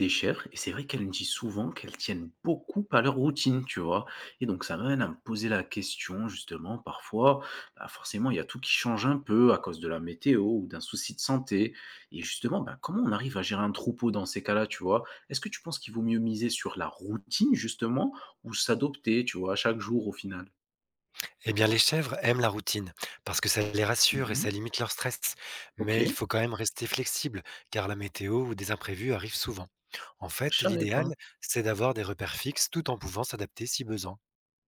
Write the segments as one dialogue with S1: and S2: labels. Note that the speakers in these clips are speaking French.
S1: Des chèvres, et c'est vrai qu'elle me dit souvent qu'elles tiennent beaucoup à leur routine, tu vois? Et donc ça m'amène à me poser la question justement parfois, bah, forcément il y a tout qui change un peu à cause de la météo ou d'un souci de santé, et justement, bah, comment on arrive à gérer un troupeau dans ces cas-là, tu vois? Est-ce que tu penses qu'il vaut mieux miser sur la routine justement ou s'adopter, tu vois, à chaque jour au final?
S2: Eh bien, les chèvres aiment la routine parce que ça les rassure et
S1: Mmh.
S2: ça limite leur stress. Mais
S1: OK,
S2: il faut quand même rester flexible car la météo ou des imprévus arrivent souvent. En
S1: je
S2: fait,
S1: savais pas.
S2: l'idéal, c'est d'avoir des repères fixes tout en pouvant s'adapter si besoin.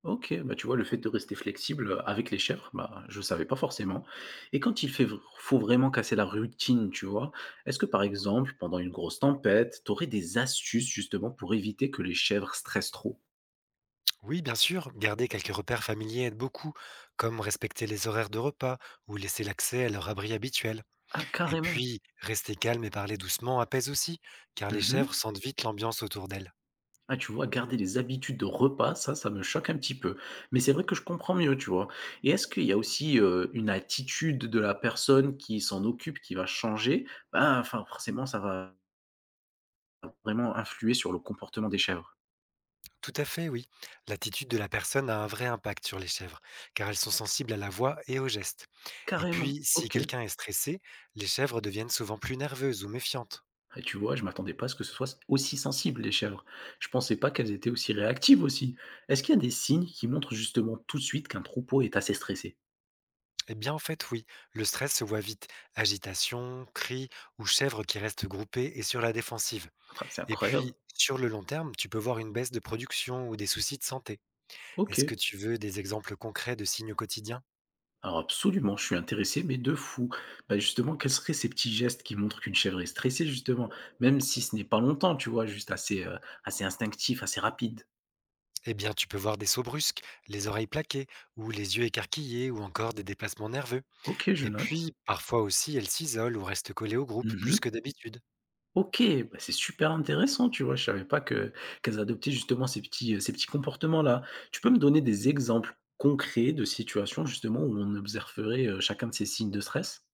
S1: OK, bah, tu vois, le fait de rester flexible, avec les chèvres, bah, je ne savais pas forcément, et quand il fait v faut vraiment casser la routine, tu vois? Est-ce que, par exemple, pendant une grosse tempête, tu aurais des astuces justement pour éviter que les chèvres stressent trop?
S2: Oui, bien sûr, garder quelques repères familiers aide beaucoup, comme respecter les horaires de repas ou laisser l'accès à leur abri habituel.
S1: Ah
S2: Et
S1: carrément!
S2: puis, rester calme et parler doucement apaise aussi, car les
S1: Mmh.
S2: chèvres sentent vite l'ambiance autour d'elles.
S1: Ah tu vois, garder les habitudes de repas, ça me choque un petit peu, mais c'est vrai que je comprends mieux, tu vois? Et est-ce qu'il y a aussi, une attitude de la personne qui s'en occupe qui va changer? Bah, enfin, forcément, ça va vraiment influer sur le comportement des chèvres.
S2: Tout à fait, oui. L'attitude de la personne a un vrai impact sur les chèvres, car elles sont sensibles à la voix et aux gestes. Et
S1: Carrément.
S2: puis, si
S1: OK.
S2: quelqu'un est stressé, les chèvres deviennent souvent plus nerveuses ou méfiantes.
S1: Et tu vois, je m'attendais pas à ce que ce soit aussi sensible les chèvres. Je pensais pas qu'elles étaient aussi réactives aussi. Est-ce qu'il y a des signes qui montrent justement tout de suite qu'un troupeau est assez stressé?
S2: Eh bien, en fait, oui, le stress se voit vite. Agitation, cris ou chèvres qui restent groupées et sur la défensive.
S1: Ah, c'est
S2: Et
S1: incroyable.
S2: puis, sur le long terme, tu peux voir une baisse de production ou des soucis de santé. Est-ce que
S1: OK.
S2: tu veux des exemples concrets de signes quotidiens?
S1: Alors absolument, je suis intéressé, mais de fou. Bah, justement, quels seraient ces petits gestes qui montrent qu'une chèvre est stressée justement, même si ce n'est pas longtemps, tu vois, juste assez, assez instinctif, assez rapide?
S2: Eh bien, tu peux voir des sauts brusques, les oreilles plaquées ou les yeux écarquillés ou encore des déplacements nerveux.
S1: OK, je
S2: Et
S1: note.
S2: puis, parfois aussi, elles s'isolent ou restent collées au groupe
S1: Mmh.
S2: plus que d'habitude.
S1: OK, bah, c'est super intéressant, tu vois? Je savais pas que Qu'elles adoptaient justement ces petits comportements-là. Tu peux me donner des exemples concrets de situations justement où on observerait, chacun de ces signes de stress?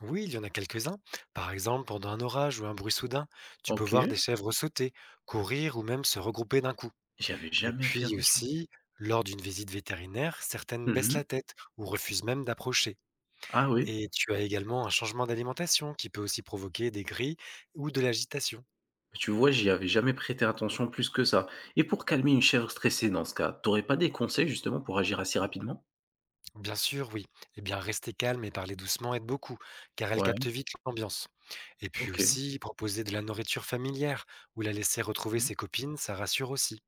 S2: Oui, il y en a quelques-uns. Par exemple, pendant un orage ou un bruit soudain, tu peux
S1: OK,
S2: voir des chèvres sauter, courir ou même se regrouper d'un coup.
S1: j'y avais
S2: Et
S1: jamais fait
S2: puis
S1: attention.
S2: aussi, lors d'une visite vétérinaire, certaines baissent
S1: Mmh.
S2: la tête ou refusent même d'approcher.
S1: Ah oui,
S2: Et tu as également un changement d'alimentation qui peut aussi provoquer des grilles ou de l'agitation.
S1: tu vois, j'y avais jamais prêté attention plus que ça. Et pour calmer une chèvre stressée dans ce cas, t'aurais pas des conseils justement pour agir assez rapidement?
S2: Bien sûr, oui. Eh bien, rester calme et parler doucement aide beaucoup, car elles
S1: Ouais,
S2: captent vite l'ambiance. Et puis
S1: OK.
S2: aussi, proposer de la nourriture familière ou la laisser retrouver
S1: Mmh,
S2: ses copines, ça rassure aussi.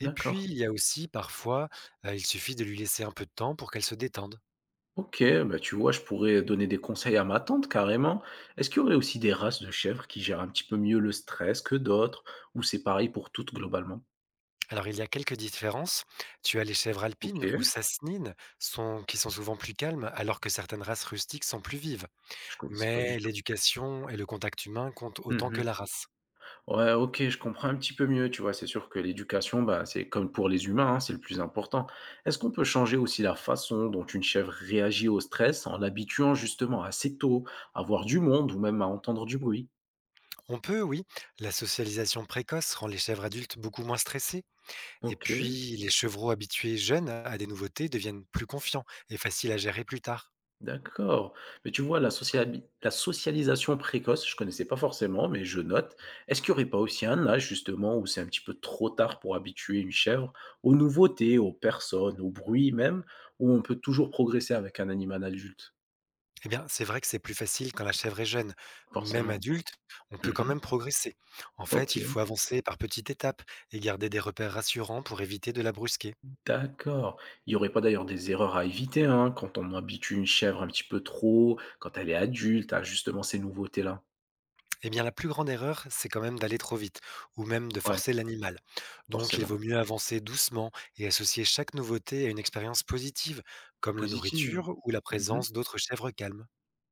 S2: Et puis,
S1: d'accord.
S2: il y a aussi parfois, il suffit de lui laisser un peu de temps pour qu'elle se détende.
S1: OK, bah, tu vois, je pourrais donner des conseils à ma tante carrément. Est-ce qu'il y aurait aussi des races de chèvres qui gèrent un petit peu mieux le stress que d'autres, ou c'est pareil pour toutes globalement?
S2: Alors, il y a quelques différences. Tu as les chèvres alpines ou
S1: OK,
S2: sassinines, qui sont souvent plus calmes, alors que certaines races rustiques sont plus vives.
S1: je connaissais pas du
S2: Mais
S1: tout.
S2: l'éducation et le contact humain comptent autant que
S1: Mhm.
S2: la race.
S1: Ouais, ok, je comprends un petit peu mieux, tu vois, c'est sûr que l'éducation, bah, c'est comme pour les humains, hein, c'est le plus important. Est-ce qu'on peut changer aussi la façon dont une chèvre réagit au stress en l'habituant justement assez tôt à voir du monde ou même à entendre du bruit?
S2: On peut, oui, la socialisation précoce rend les chèvres adultes beaucoup moins stressées. Et
S1: Ok.
S2: puis, les chevreaux habitués jeunes à des nouveautés deviennent plus confiants et faciles à gérer plus tard.
S1: D'accord. Mais tu vois, la socialisation précoce, je connaissais pas forcément, mais je note. Est-ce qu'il n'y aurait pas aussi un âge, justement, où c'est un petit peu trop tard pour habituer une chèvre aux nouveautés, aux personnes, au bruit même, où on peut toujours progresser avec un animal adulte?
S2: Eh bien, c'est vrai que c'est plus facile quand la chèvre est jeune. Même
S1: Forcément.
S2: adulte, on peut quand
S1: Mmh.
S2: même progresser. En fait, il faut
S1: OK,
S2: avancer par petites étapes et garder des repères rassurants pour éviter de la brusquer.
S1: d'accord. Il n'y aurait pas d'ailleurs des erreurs à éviter, hein, quand on habitue une chèvre un petit peu trop, quand elle est adulte, à justement ces nouveautés-là?
S2: Eh bien, la plus grande erreur, c'est quand même d'aller trop vite ou même de
S1: Ouais,
S2: forcer l'animal. Donc, il
S1: forcément.
S2: vaut mieux avancer doucement et associer chaque nouveauté à une expérience positive, comme la
S1: Positive?
S2: nourriture ou la
S1: Mmh.
S2: présence d'autres chèvres calmes.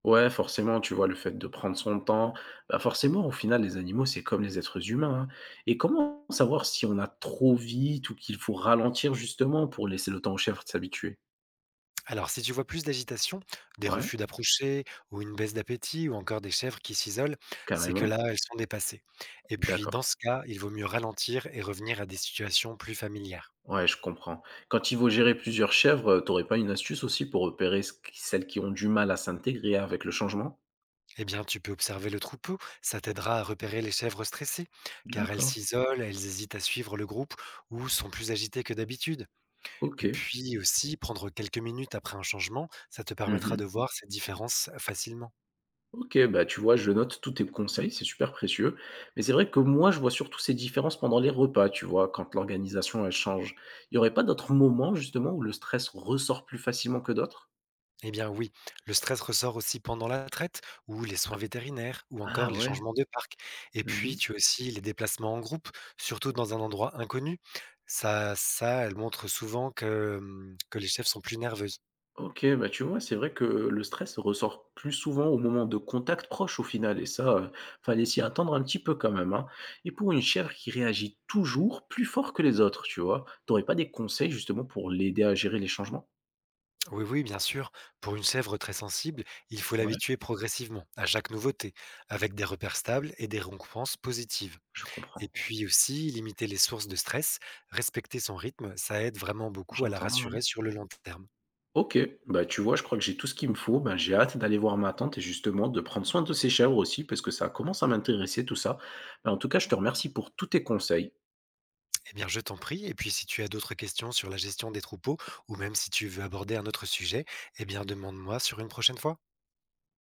S1: Ouais, forcément, tu vois, le fait de prendre son temps, bah, forcément, au final, les animaux, c'est comme les êtres humains, hein. Et comment savoir si on a trop vite ou qu'il faut ralentir justement pour laisser le temps aux chèvres de s'habituer?
S2: Alors, si tu vois plus d'agitation, des
S1: Ouais,
S2: refus d'approcher, ou une baisse d'appétit, ou encore des chèvres qui s'isolent, c'est que
S1: carrément.
S2: là, elles sont dépassées. Et puis, dans
S1: D'accord.
S2: ce cas, il vaut mieux ralentir et revenir à des situations plus familières.
S1: Ouais, je comprends. Quand il faut gérer plusieurs chèvres, t'aurais pas une astuce aussi pour repérer celles qui ont du mal à s'intégrer avec le changement?
S2: Eh bien, tu peux observer le troupeau, ça t'aidera à repérer les chèvres stressées, car elles
S1: D'accord.
S2: s'isolent, elles hésitent à suivre le groupe, ou sont plus agitées que d'habitude.
S1: Ok.
S2: Et puis aussi, prendre quelques minutes après un changement, ça te permettra de voir ces différences facilement.
S1: OK, bah, tu vois, je note tous tes conseils, c'est super précieux. Mais c'est vrai que moi, je vois surtout ces différences pendant les repas, tu vois, quand l'organisation, elle change. Il y aurait pas d'autres moments, justement, où le stress ressort plus facilement que d'autres?
S2: Eh bien oui, le stress ressort aussi pendant la traite, ou les soins vétérinaires, ou encore
S1: Ah
S2: les
S1: ouais.
S2: changements de parc. Et puis
S1: Mmh.
S2: tu as aussi les déplacements en groupe, surtout dans un endroit inconnu. Elle montre souvent que que les chèvres sont plus nerveuses.
S1: OK, bah, tu vois, c'est vrai que le stress ressort plus souvent au moment de contacts proches, au final, et ça, fallait s'y attendre un petit peu quand même, hein. Et pour une chèvre qui réagit toujours plus fort que les autres, tu vois, t'aurais pas des conseils, justement, pour l'aider à gérer les changements?
S2: Oui, oui, bien sûr. Pour une chèvre très sensible, il faut
S1: Ouais,
S2: l'habituer progressivement à chaque nouveauté, avec des repères stables et des récompenses positives.
S1: je comprends.
S2: Et puis aussi, limiter les sources de stress, respecter son rythme, ça aide vraiment beaucoup à la
S1: J'entends, ouais.
S2: rassurer sur le long terme.
S1: OK, bah, tu vois, je crois que j'ai tout ce qu'il me faut. Ben, j'ai hâte d'aller voir ma tante et justement de prendre soin de ses chèvres aussi parce que ça commence à m'intéresser tout ça. Ben, en tout cas, je te remercie pour tous tes conseils.
S2: Eh bien, je t'en prie. Et puis, si tu as d'autres questions sur la gestion des troupeaux, ou même si tu veux aborder un autre sujet, eh bien, demande-moi sur une prochaine fois.